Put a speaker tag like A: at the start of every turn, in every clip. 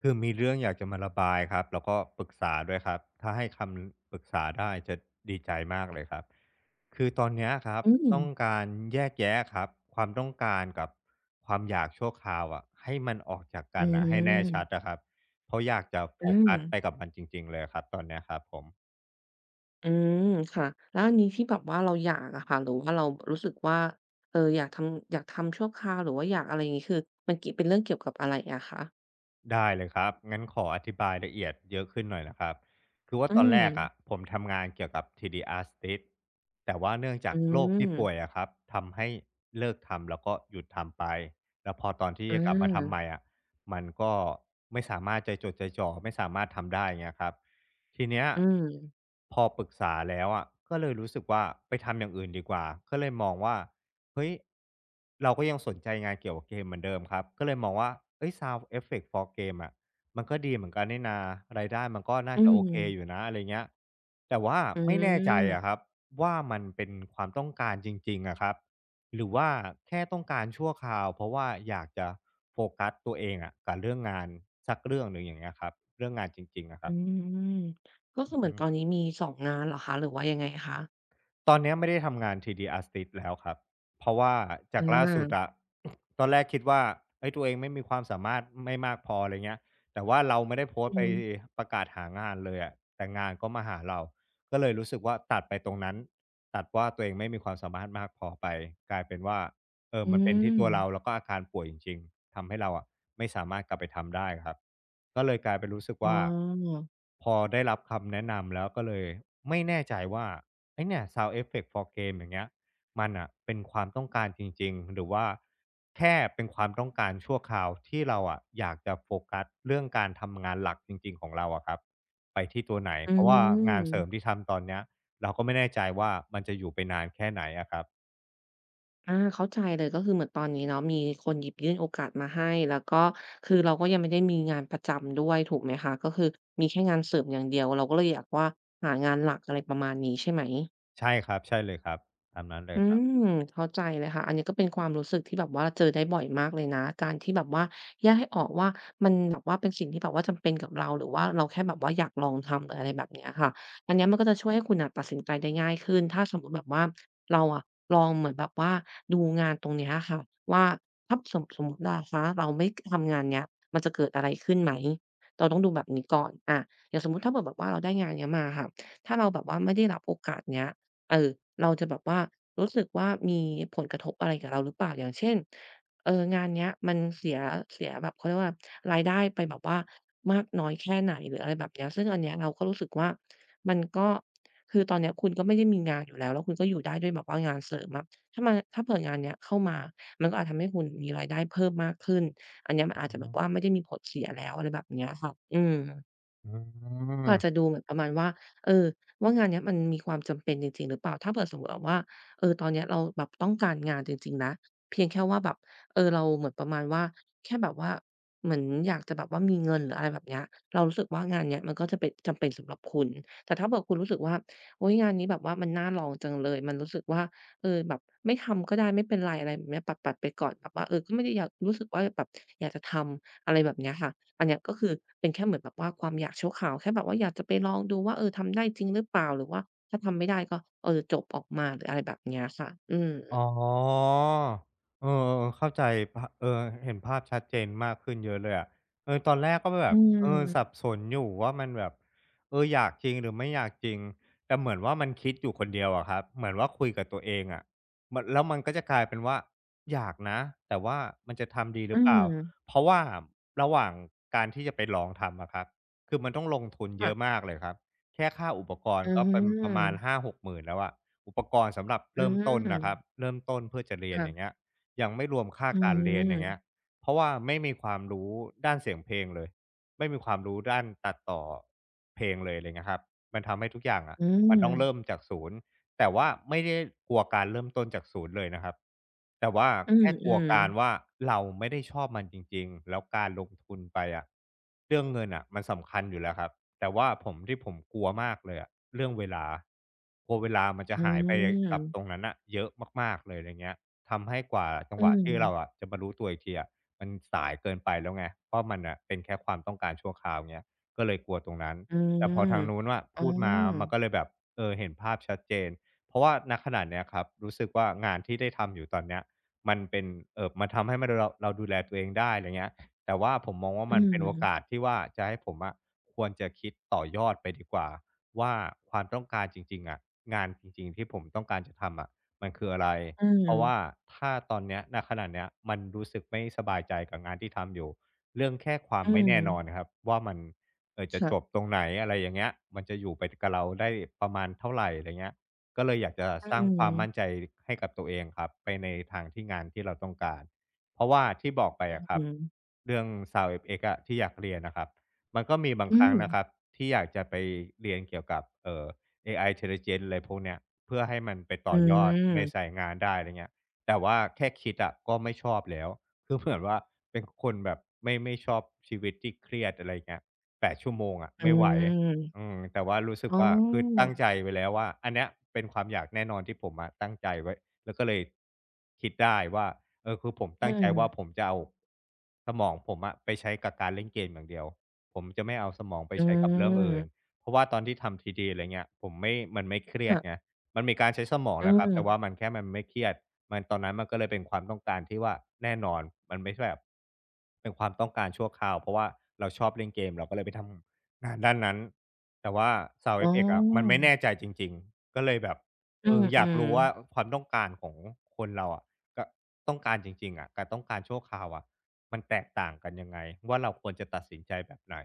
A: คือมีเรื่องอยากจะมาระบายครับแล้วก็ปรึกษาด้วยครับถ้าให้คำปรึกษาได้จะดีใจมากเลยครับคือตอนเนี้ยครับ
B: อืม
A: ต้องการแยกแยะครับความต้องการกับความอยากชั่วคราวอะให้มันออกจาก
B: อื
A: กันอะให้แน่ชัด
B: ม
A: นะครับเพราะอยากจะโฟ
B: อา
A: กัสไปกับมันจริงๆเลยครับตอนเนี้ยครับผม
B: อืมค่ะแล้วอันนี้ที่แบบว่าเราอยากอะค่ะหรือว่าเรารู้สึกว่าอยากทำชั่วคราวหรือว่าอยากอะไรอย่างงี้คือมันเกี่ยวเป็นเรื่องเกี่ยวกับอะไรอะคะ
A: ได้เลยครับงั้นขออธิบายละเอียดเยอะขึ้นหน่อยนะครับคือว่า
B: อื
A: ตอน
B: ม
A: แรกอะผมทำงานเกี่ยวกับ t d Artist แต่ว่าเนื่องจา
B: อื
A: กโรค
B: ม
A: ที่ป่วยอะครับทำให้เลิกทำแล้วก็หยุดทำไปแล้วพอตอนที่
B: อ
A: จะกลับมาทำให
B: า
A: ม่อะมันก็ไม่สามารถใจจดใจจ่อไม่สามารถทำได้เงี้ยครับทีเนี้ย
B: อืม
A: พอปรึกษาแล้วอะก็เลยรู้สึกว่าไปทำอย่างอื่นดีกว่าก็เลยมองว่า เฮ้ยเราก็ยังสนใจงานเกี่ยวกับเกมเหมือนเดิมครับก็เลยมองว่าเอ้ย Sound Effect for Game อะมันก็ดีเหมือนกันนี่นารายได้มันก็น่า
B: อื
A: จะโอ
B: ม
A: เคอยู่นะอะไรเงี้ยแต่ว่า
B: อื
A: ไม่แน่ใจอะค
B: ม
A: รับว่ามันเป็นความต้องการจริงๆอะครับหรือว่าแค่ต้องการชั่วคราวเพราะว่าอยากจะโฟกัสตัวเองอะกับเรื่องงานสักเรื่องหนึ่งอย่างเงี้ยครับเรื่องงานจริงๆอะค
B: อื
A: รับ
B: มก็
A: อื
B: คือ
A: อ
B: เหมือน
A: ฮึ
B: ตอนนี้มี2งงานเหรอคะหรือว่ายังไงคะ
A: ตอนเนี้ยไม่ได้ทำงาน t d Artist แล้วครับเพราะว่าจากล่าสุด
B: อา
A: อะ ตอนแรกคิดว่าเฮ้ยตัวเองไม่มีความสามารถไม่มากพออะไรเงี้ยแต่ว่าเราไม่ได้โพสต์
B: อื
A: ไป
B: ม
A: ประกาศหางานเลยอะแต่งานก็มาหาเรา ก็เลยรู้สึกว่าตัดไปตรงนั้น ตัดว่าตัวเองไม่มีความสามารถมากพอไปกลายเป็นว่า เออ
B: อื
A: มันเป็น
B: ม
A: ที่ตัวเราแล้วก็อาการป่วยจริงๆทำให้เราอะไม่สามารถกลับไปทำได้ครับก็เลยกลายเป็นรู้สึก
B: อ๋อ
A: ว่าพอได้รับคำแนะนำแล้วก็เลยไม่แน่ใจว่าไอ้เนี่ย Sound Effect for Game อย่างเงี้ยมันน่ะเป็นความต้องการจริงๆหรือว่าแค่เป็นความต้องการชั่วคราวที่เราอะอยากจะโฟกัสเรื่องการทำงานหลักจริงๆของเราอะครับไปที่ตัวไหน
B: อื
A: เพราะว่างานเสริม
B: ม
A: ที่ทำตอนเนี้ยเราก็ไม่แน่ใจว่ามันจะอยู่ไปนานแค่ไหนอะครับ
B: อาเข้าใจเลยก็คือเหมือนตอนนี้เนาะมีคนหยิบยื่นโอกาสมาให้แล้วก็คือเราก็ยังไม่ได้มีงานประจำด้วยถูกไหมคะก็คือมีแค่งานเสริมอย่างเดียวเราก็เลยอยากว่าหางานหลักอะไรประมาณนี้ใช่ไหม
A: ใช่ครับใช่เลยครับตามนั้นเล
B: อื
A: ยครับ
B: มเข้าใจเลยค่ะอันนี้ก็เป็นความรู้สึกที่แบบว่าเจอได้บ่อยมากเลยนะการที่แบบว่าแยกให้ออกว่ามันแบบว่าเป็นสิ่งที่แบบว่าจำเป็นกับเราหรือว่าเราแค่แบบว่าอยากลองทำหรืออะไรแบบเนี้ยค่ะอันเนี้ยมันก็จะช่วยให้คุณอะตัดสินใจได้ง่ายขึ้นถ้าสมมติแบบว่าเราอะลองเหมือนแบบว่าดูงานตรงเนี้ยค่ะว่าถ้าสมมตินะคะเราไม่ทำงานเนี้ยมันจะเกิดอะไรขึ้นไหมเราต้องดูแบบนี้ก่อนอะอย่างสมมติถ้าเกิดแบบว่าเราได้งานเนี้ยมาค่ะถ้าเราแบบว่าไม่ได้รับโอกาสเนี้ย เออเราจะแบบว่ารู้สึกว่ามีผลกระทบอะไรกับเราหรือเปล่าอย่างเช่นงานเนี้ยมันเสียแบบเขาเรียกว่ารายได้ไปแบบว่ามากน้อยแค่ไหนหรืออะไรแบบเนี้ยซึ่งอันเนี้ยเราก็รู้สึกว่ามันก็คือตอนเนี้ยคุณก็ไม่ได้มีงานอยู่แล้วแล้วคุณก็อยู่ได้ด้วยแบบว่างานเสริมอะถ้าเผื่องานเนี้ยเข้ามามันก็อาจทำให้คุณมีรายได้เพิ่มมากขึ้นอันเนี้ยมันอาจ
A: อือ
B: จะแบ
A: ฮึ
B: บว่าไม่ได้มีผลเสียแล้วอะไรแบบเนี้ยค่ะอืม
A: อื
B: ก็อา
A: ม
B: จจะดูเหมือนประมาณว่าเออว่างานเนี้ยมันมีความจำเป็นจริงๆหรือเปล่าถ้าเผื่อสมมุติแบบว่าเออตอนเนี้ยเราแบบต้องการงานจริงๆนะเพียงแค่ว่าแบบเออเราเหมือนประมาณว่าแค่แบบว่าเหมือนอยากจะแบบว่ามีเงินหรืออะไรแบบเนี้ยเรารู้สึกว่างานเนี้ยมันก็จะเป็นจำเป็นสำหรับคุณแต่ถ้าเผื่อคุณรู้สึกว่าโอ๊ยงานนี้แบบว่ามันน่าลองจังเลยมันรู้สึกว่าเออแบบไม่ทำก็ได้ไม่เป็นไรอะไรแบบเนี้ยปัดๆไปก่อนแบบว่าเออก็ไม่ได้อยากรู้สึกว่าแบบอยากจะทำ อะไรแบบเนี้ยค่ะ อันเนี้ยก็คือเป็นแค่เหมือนแบบว่าความอยากชั่วคราวแค่แบบว่าอยากจะไปลองดูว่าเออทำได้จริงหรือเปล่าหรือว่าถ้าทำไม่ได้ก็เออจบออกมาหรืออะไรแบบเนี้ยค่ะ อืม
A: อ๋อเออๆเข้าใจพเห็นภาพชัดเจนมากขึ้นเยอะเลยอะเออตอนแรกก็แบ
B: อื
A: บเออสับ
B: ม
A: สนอยู่ว่ามันแบบเอออยากจริงหรือไม่อยากจริง แต่เหมือนว่ามันคิดอยู่คนเดียวอะครับเหมือนว่าคุยกับตัวเองอะมันแล้วมันก็จะกลายเป็นว่าอยากนะ แต่ว่ามันจะทำดีห
B: อื
A: รือเป
B: ม
A: ล่าเพราะว่าระหว่างการที่จะไปลองทำอะครับคือมันต้องลงทุนเยอะ
B: ค่ะ
A: มากเลยครับแค่ค่าอุปกร
B: อื
A: ณ์ก็เป็นประมาณห้า
B: ม
A: หกหมื่นแล้วอะ อุปกรณ์สำหรับ
B: อื
A: เริ่มต้น
B: ม
A: นะครับเริ่มต้นเพื่อจะเรียนอย่างเงี้
B: ค่ะ
A: ยยังไม่รวมค่า
B: อื
A: การเรียนอย่างเงี้ย
B: ม
A: เพราะว่าไม่มีความรู้ด้านเสียงเพลงเลยไม่มีความรู้ด้านตัดต่อเพลงเลยอะไรเงี้ยครับมันทำให้ทุกอย่างอะ
B: อื
A: มันต้องเริ่ม
B: ม
A: จากศูนย์ แต่ว่าไม่ได้กลัวการเริ่มต้นจากศูนย์เลยนะครับแต่ว่า
B: อืม
A: แค่ก
B: อื
A: ลัว
B: ม
A: การว่าเราไม่ได้ชอบมันจริงๆแล้วการลงทุนไปอะเรื่องเงินอ่ะมันสำคัญอยู่แล้วครับแต่ว่าผมที่ผมกลัวมากเลยอะเรื่องเวลากลัวเวลามันจะ
B: อื
A: หายไปกับตรง
B: ม
A: นั้นอ่ะเยอะมากๆเลยอะไรเงี้ยทำให้กว่าจัง
B: อื
A: หวะที่เราอะ
B: ม
A: จะมารู้ตัวอีกทีอะมันสายเกินไปแล้วไงเพราะมันอ่ะเป็นแค่ความต้องการชั่วคราวเงี้ยก็เลยกลัวตรงนั้น
B: อื
A: แต่พอ
B: ม
A: ทางนู้นว่า
B: อ๋อ
A: พูดมามันก็เลยแบบเออเห็นภาพชัดเจน เพราะว่าณขนาดเนี้ยครับรู้สึกว่างานที่ได้ทำอยู่ตอนเนี้ยมันเป็นมันทำให้มันเราเราดูแลตัวเองได้อะไรเงี้ยแต่ว่าผมมองว่า
B: อื
A: มันเป็นโอกาส
B: ม
A: ที่ว่าจะให้ผมอะควรจะคิดต่อยอดไปดีกว่าว่าความต้องการจริงๆอะงานจริงๆที่ผมต้องการจะทำอะมันคืออะไร
B: อื
A: เพราะว่า
B: ม
A: ถ้าตอนเนี้ยณขณะเนี้ยมันรู้สึกไม่สบายใจกับงานที่ทำอยู่เรื่องแค่ความ
B: อื
A: ไม่
B: ม
A: แน่นอนอะครับว่ามันจะจบ
B: ค่ะ
A: ตรงไหนอะไรอย่างเงี้ยมันจะอยู่ไปกับเราได้ประมาณเท่าไรอะไรเงี้ย ก็เลยอยากจะ
B: อื
A: สร้างความมั่นใจ
B: ม
A: ให้กับตัวเองครับไปในทางที่งานที่เราต้องการเพราะว่าที่บอกไป
B: อ
A: อะค
B: ื
A: รับ
B: ม
A: เรื่อง Sound FX อะที่อยากเรียนนะครับมันก็มีบาง
B: อื
A: ครั้ง
B: ม
A: นะครับที่อยากจะไปเรียนเกี่ยวกับAI Intelligence อะไรพวกเนี้ยเพื่อให้มันไป
B: อื
A: ต่อยอดในสาย
B: ม
A: งานได้อะไรเงี้ยแต่ว่าแค่คิดอะก็ไม่ชอบแล้วคือเหมือนว่าเป็นคนแบบไม่ชอบชีวิตที่เครียดอะไรเงี้ย8ชั่วโมงอะ
B: อื
A: ไม่ไหว
B: ม
A: อืมแต่ว่ารู้สึก
B: อ๋อ
A: ว่าคือตั้งใจไว้แล้วว่าอันเนี้ยเป็นความอยากแน่นอนที่ผมอะตั้งใจไว้แล้วก็เลยคิดได้ว่าเออคือผม
B: อื
A: ตั้งใจ
B: ม
A: ว่าผมจะเอาสมองผมอะไปใช้กับการเล่นเกมอย่างเดียวผมจะไม่เอาสมองไป
B: อื
A: ใช้กับเรื่องอื่น
B: ม
A: เพราะว่าตอนที่ทำ TD อะไรเงี้ยผมไม่มันไม่เครียดไง
B: ค่ะ
A: มันมีการใช้สมอง
B: อื
A: แหละครับแต่ว่ามั
B: ม
A: นแค่มันไม่เครียดมันตอนนั้นมันก็เลยเป็นความต้องการที่ว่าแน่นอนมันไม่ใช่แบบเป็นความต้องการชั่วคราวเพราะว่าเราชอบเล่นเกมเราก็เลยไปทำ อ่าด้านนั้นแต่ว่า
B: อ๋
A: SoundFX อะมัน
B: อ
A: ไม่แน่ใจจริงๆก็เลยแบบ
B: อื
A: เอออยาก
B: ม
A: รู้ว่า
B: ๆ
A: ความต้องการของคนเราอะก็ต้องการจริงๆอะกับต้องการชั่วคราวอะมันแตกต่างกันยังไงว่าเราควรจะตัดสินใจแบบไหน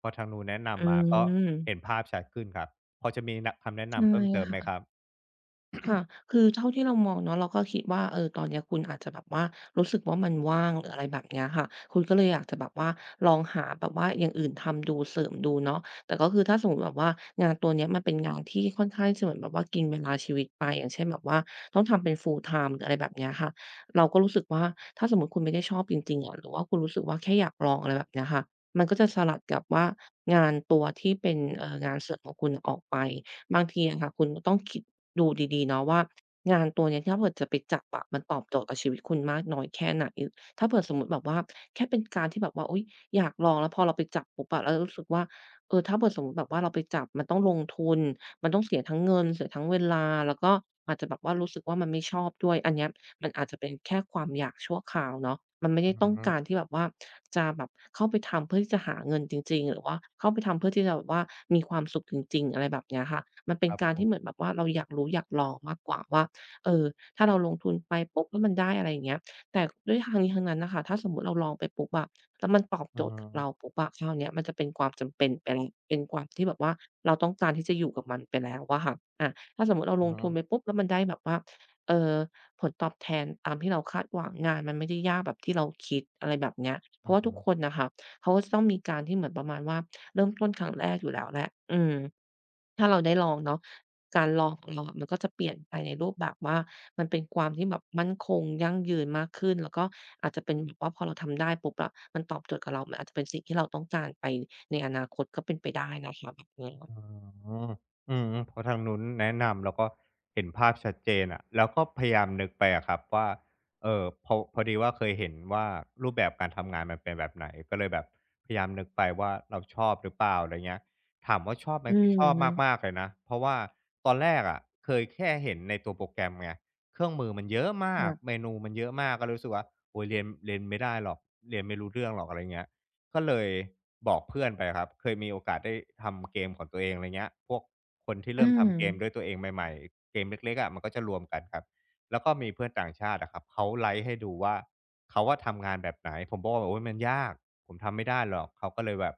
A: พอทางนู้นแนะ
B: อื
A: นำมาก็เห็น
B: ม
A: ภาพชัดขึ้นครับพอจะมีนะคำแนะ
B: ใช่
A: นำเพิ่มเติมไหมครั
B: ค่ะ
A: บ
B: ค่ะคือเท่าที่เรามองเนาะเราก็คิดว่าเออตอนเนี้ยคุณอาจจะแบบว่ารู้สึกว่ามันว่างหรืออะไรแบบเนี้ยค่ะคุณก็เลยอยากจะแบบว่าลองหาแบบว่าอย่างอื่นทำดูเสริมดูเนาะแต่ก็คือถ้าสมมุติแบบว่างานตัวเนี้ยมันเป็นงานที่ค่อนข้างจะเหมือนแบบว่ากินเวลาชีวิตไปอย่างเช่นแบบว่าต้องทำเป็น full time หรืออะไรแบบเนี้ยค่ะเราก็รู้สึกว่าถ้าสมมุติคุณไม่ได้ชอบจริงๆอะหรือว่าคุณรู้สึกว่าแค่อยากลองอะไรแบบเนี้ยค่ะมันก็จะสลัดกับว่างานตัวที่เป็นงานเสริมของคุณออกไป บางทีอะค่ะคุณก็ต้องคิดดูดีๆเนาะว่างานตัวเนี้ยถ้าเผื่อจะไปจับอะมันตอบโจทย์กับชีวิตคุณมากน้อยแค่ไหนถ้าเผื่อสมมุติแบบว่าแค่เป็นการที่แบบว่าอุ๊ยอยากลองแล้วพอเราไปจับปุ๊บอะแล้วรู้สึกว่าเออถ้าเผื่อสมมุติแบบว่าเราไปจับมันต้องลงทุนมันต้องเสียทั้งเงินเสียทั้งเวลาแล้วก็อาจจะแบบว่ารู้สึกว่ามันไม่ชอบด้วยอันเนี้ย มันอาจจะเป็นแค่ความอยากชั่วคราวเนาะมันไม่
A: อื
B: ได้
A: อ
B: ต้อง
A: ฮึ
B: การที่แบบว่าจะแบบเข้าไปทำเพื่อที่จะหาเงินจริงๆหรือว่าเข้าไปทำเพื่อที่จะแบบว่ามีความสุขจริงๆอะไรแบบเนี้ยค่ะมันเป็
A: ค
B: น
A: รับ
B: การ
A: ผ
B: ที่เหมือน
A: ม
B: แบบว่าเราอยากรู้อยากลองมากกว่าว่าเออถ้าเราลงทุนไปปุ๊บแล้วมันได้อะไรอย่างเงี้ยแต่ด้วยทั้งนี้ทั้งนั้นน่ะค่ะถ้าสมมุติเราลองไปปุ๊บอะแล้วมันตอบ
A: อื
B: โจ
A: อ
B: ทย์
A: ฮึ
B: กับเราปุ๊บอะคราวเนี้ยมันจะเป็นความจำเป็นไปแล้วเป็นความที่แบบว่าเราต้องการที่จะอยู่กับมันไปแล้วอะค่ะอาถ้าสมมุติเรา
A: อื
B: ล
A: อ
B: ง
A: ฮึ
B: ทุนไปปุ๊บแล้วมันได้แบบว่าเอ่อ ผลตอบแทนตามที่เราคาดหวังงานมันไม่ได้ยากแบบที่เราคิดอะไรแบบเนี้ยเพ
A: อื
B: ราะ
A: อ
B: ว่าทุ
A: ฮึ
B: กคนน่ะค่ะเขาก็จะต้องมีการที่เหมือนประมาณว่าเริ่มต้นครั้งแรกอยู่แล้วแหละอืมถ้าเราได้ลองเนาะการลองของเราอะมันก็จะเปลี่ยนไปในรูปแบบว่ามันเป็นความที่แบบมั่นคงยั่งยืนมากขึ้นแล้วก็อาจจะเป็นแบบว่าพอเราทำได้ปุ๊บอะมันตอบโจทย์กับเรามันอาจจะเป็นสิ่งที่เราต้องการไปในอนาคตก็เป็นไปได้นะคะแบบเนี้ย
A: อ๋ออืมพอทางนู้นแนะนำแล้วก็เห็นภาพชัดเจนอะแล้วก็พยายามนึกไปอะครับว่าพอพอดีว่าเคยเห็นว่ารูปแบบการทำงานมันเป็นแบบไหนก็เลยแบบพยายามนึกไปว่าเราชอบหรือเปล่าอะไรเงี้ยถามว่าชอบไหม
B: อื
A: คือช
B: อ
A: อบ
B: ฮึ
A: มากๆเลยนะเพราะว่าตอนแรกอะเคยแค่เห็นในตัวโปรแกรมไงเครื่องมือมันเยอะมาก
B: ค่ะ
A: เมนูมันเยอะมากก็เลยรู้สึกว่าโอ๊ยเรียนเรียนไม่ได้หรอกเรียนไม่รู้เรื่องหรอกอะไรเงี้ย ก็เลยบอกเพื่อนไปครับเคยมีโอกาสได้ทำเกมของตัวเองอะไรเงี้ยพวกคนที่
B: อื
A: เริ่ม
B: ม
A: ทำเกมด้วยตัวเองใหม่ๆเกมเล็กๆอะมันก็จะรวมกันครับแล้วก็มีเพื่อนต่างชาติอะครับเขาไลก์ให้ดูว่าเขาอะทำงานแบบไหนผมบอกว่าโอ๊ยมันยากผมทำไม่ได้หรอกเขาก็เลยแบบ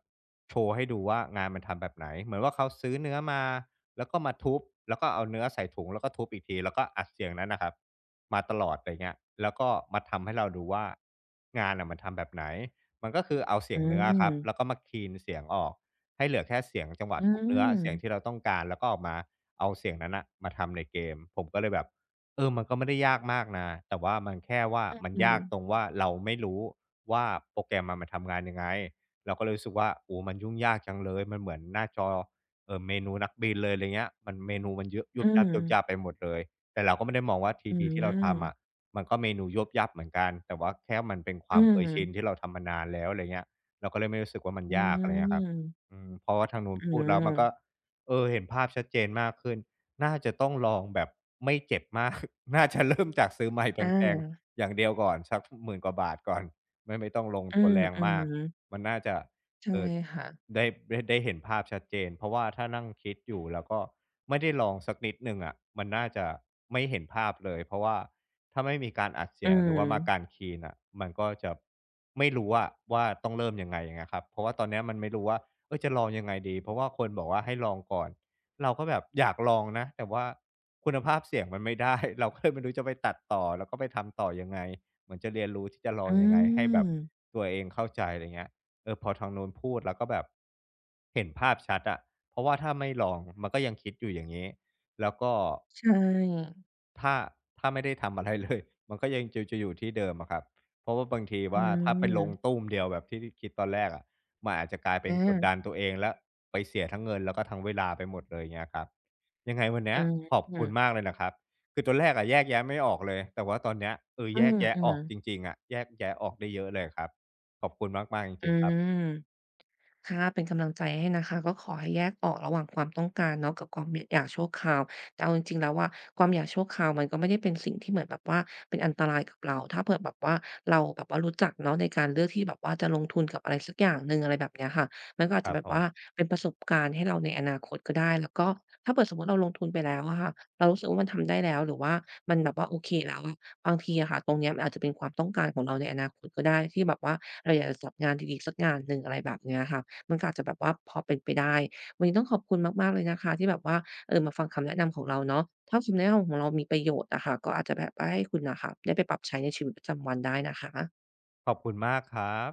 A: โชว์ให้ดูว่างานมันทำแบบไหนเหมือนว่าเขาซื้อเนื้อมาแล้วก็มาทุบแล้วก็เอาเนื้อใส่ถุงแล้วก็ทุบอีกทีแล้วก็อัดเสียงนั้นน่ะครับมาตลอดไรเงี้ยแล้วก็มาทำให้เราดูว่างานน่ะมันทำแบบไหน มันก็คือเอาเสี
B: อื
A: ยงเนื้อครับแล้ว
B: ม
A: ก็มาคีนเสียงออกให้เหลือแค่เสียงจังหวะ
B: อื
A: ทุบเนื้อเสียง
B: ม
A: ที่เราต้องการแล้วก็ออกมาเอาเสียงนั้นน่ะมาทำในเกมผมก็เลยแบบเออมันก็ไม่ได้ยากมากนะแต่ว่ามันแค่ว่ามัน
B: อืม
A: ยากตรงว่าเราไม่รู้ว่าโปรแกรมอะมันทำงานยังไงเราก็เลยรู้สึกว่าโอ้มันยุ่งยากจังเลยมันเหมือนหน้าจอเมนูนักบินเลยไรเงี้ยมันเมนูมันเยอะยุ
B: อื
A: บ
B: ม
A: ยับๆไปหมดเลยแต่เราก็ไม่ได้มองว่าทรี
B: อื
A: ดี
B: ม
A: ที่เราทำอะ มันก็เมนูยวบยับเหมือนกันแต่ว่าแค่มันเป็นค
B: อื
A: วามเคยชินที่
B: ม
A: เราทำมานานแล้วอะไรเงี้ยเราก็เลยไม่รู้สึกว่ามัน
B: อื
A: ยากอะไรเงี้ยครับ
B: ม
A: อืมเพราะว่าทางนู้น
B: อื
A: พู
B: ม
A: ดแล้วมันก็เออเห็นภาพชัดเจนมากขึ้นน่าจะต้องลองแบบไม่เจ็บมาก น่าจะเริ่มจากซื้อไมค์
B: อ
A: แพง
B: า
A: ๆอย่างเดียวก่อนสักหมื่นกว่าบาทก่อนไม่ต้องลง
B: อื
A: ตัว
B: ม
A: แรง
B: อื
A: มา
B: ม
A: กมันน่าจะ
B: ใช่
A: เอ่อ
B: ค่ะ
A: ได้ได้ได้เห็นภาพชัดเจนเพราะว่าถ้านั่งคิดอยู่แล้วก็ไม่ได้ลองสักนิดหนึ่งอะมันน่าจะไม่เห็นภาพเลยเพราะว่า ถ้าไม่มีการอัด
B: อื
A: เสียงห
B: ม
A: รือว่ามาการคีนอ่ะมันก็จะไม่รู้ว่าว่าต้องเริ่มยังไงอย่างเงี้ยครับเพราะว่าตอนเนี้ยมันไม่รู้ว่าเออจะลองยังไงดีเพราะว่าคนบอกว่าให้ลองก่อนเราก็แบบอยากลองนะแต่ว่าคุณภาพเสียงมันไม่ได้ เราก็เลยไม่รู้จะไปตัดต่อแล้วก็ไปทำต่อยังไงเหมือนจะเรียนรู้ที่จะลอ
B: อื
A: งยังไงให้แบบ
B: ม
A: ตัวเองเข้าใจอะไรเงี้ยเออพอทางโน้นพูดแล้วก็แบบเห็นภาพชัดอะเพราะว่าถ้าไม่ลองมันก็ยังคิดอยู่อย่างนี้แล้วก็
B: ใช่
A: ถ้าถ้าไม่ได้ทำอะไร เลยมันก็ยังจะอยู่ที่เดิมอะครับเพราะว่าบางที
B: อื
A: ว่าถ้าไปลง
B: ม
A: ตู้มเดียวแบบที่คิดตอนแรกอะมันอาจจะกลายเป็นกด
B: อา
A: ดันตัวเองแล้วไปเสียทั้งเงินแล้วก็ทั้งเวลาไปหมดเลยเงี้ยครับยังไงวันเนี้
B: อื
A: ย
B: ม
A: ขอบ
B: อื
A: คุ
B: ม
A: ณมากเลยนะครับคือตอนแรกอะแยกแยะไม่ออกเลยแต่ว่าตอนเนี้ยเออ
B: อื
A: แยกแยะอ
B: ม
A: อกจริงๆอะแยกแยะออกได้เยอะเลยครับขอบคุณมากๆจ
B: อื
A: ริงๆครับ
B: ม ค่ะเป็นกำลังใจให้นะคะก็ขอให้แยกออกระหว่างความต้องการเนาะกับความอยากชั่วคราวแต่เอาจริงๆแล้วอะความอยากชั่วคราวมันก็ไม่ได้เป็นสิ่งที่เหมือนแบบว่าเป็นอันตรายกับเราถ้าเผื่อแบบว่าเราแบบว่ารู้จักเนาะในการเลือกที่แบบว่าจะลงทุนกับอะไรสักอย่างหนึ่งอะไรแบบเนี้ยค่ะมันก็อาจ
A: ค
B: จะ
A: รับ
B: แบบ
A: ผม
B: ว่าเป็นประสบการณ์ให้เราในอนาคตก็ได้แล้วก็ถ้าเผื่อสมมุติเราลงทุนไปแล้วอะค่ะเรารู้สึกว่ามันทำได้แล้วหรือว่ามันแบบว่าโอเคแล้วอะบางทีอะค่ะตรงเนี้ยมันอาจจะเป็นความต้องการของเราในอนาคตก็ได้ที่แบบว่าเราอยากจะจับงานดีๆสักงานหนึ่งอะไรแบบเนี้ยค่ะ มันก็อาจจะแบบว่าพอเป็นไปได้วันนี้ต้องขอบคุณมากๆเลยนะคะที่แบบว่าเออมาฟังคำแนะนำของเราเนาะถ้าคำแนะนำของเรามีประโยชน์อะค่ะก็อาจจะแบบว่าให้คุณน่ะค่ะได้ไปปรับใช้ในชีวิตประจำวันได้นะคะ
A: ขอบคุณมากครับ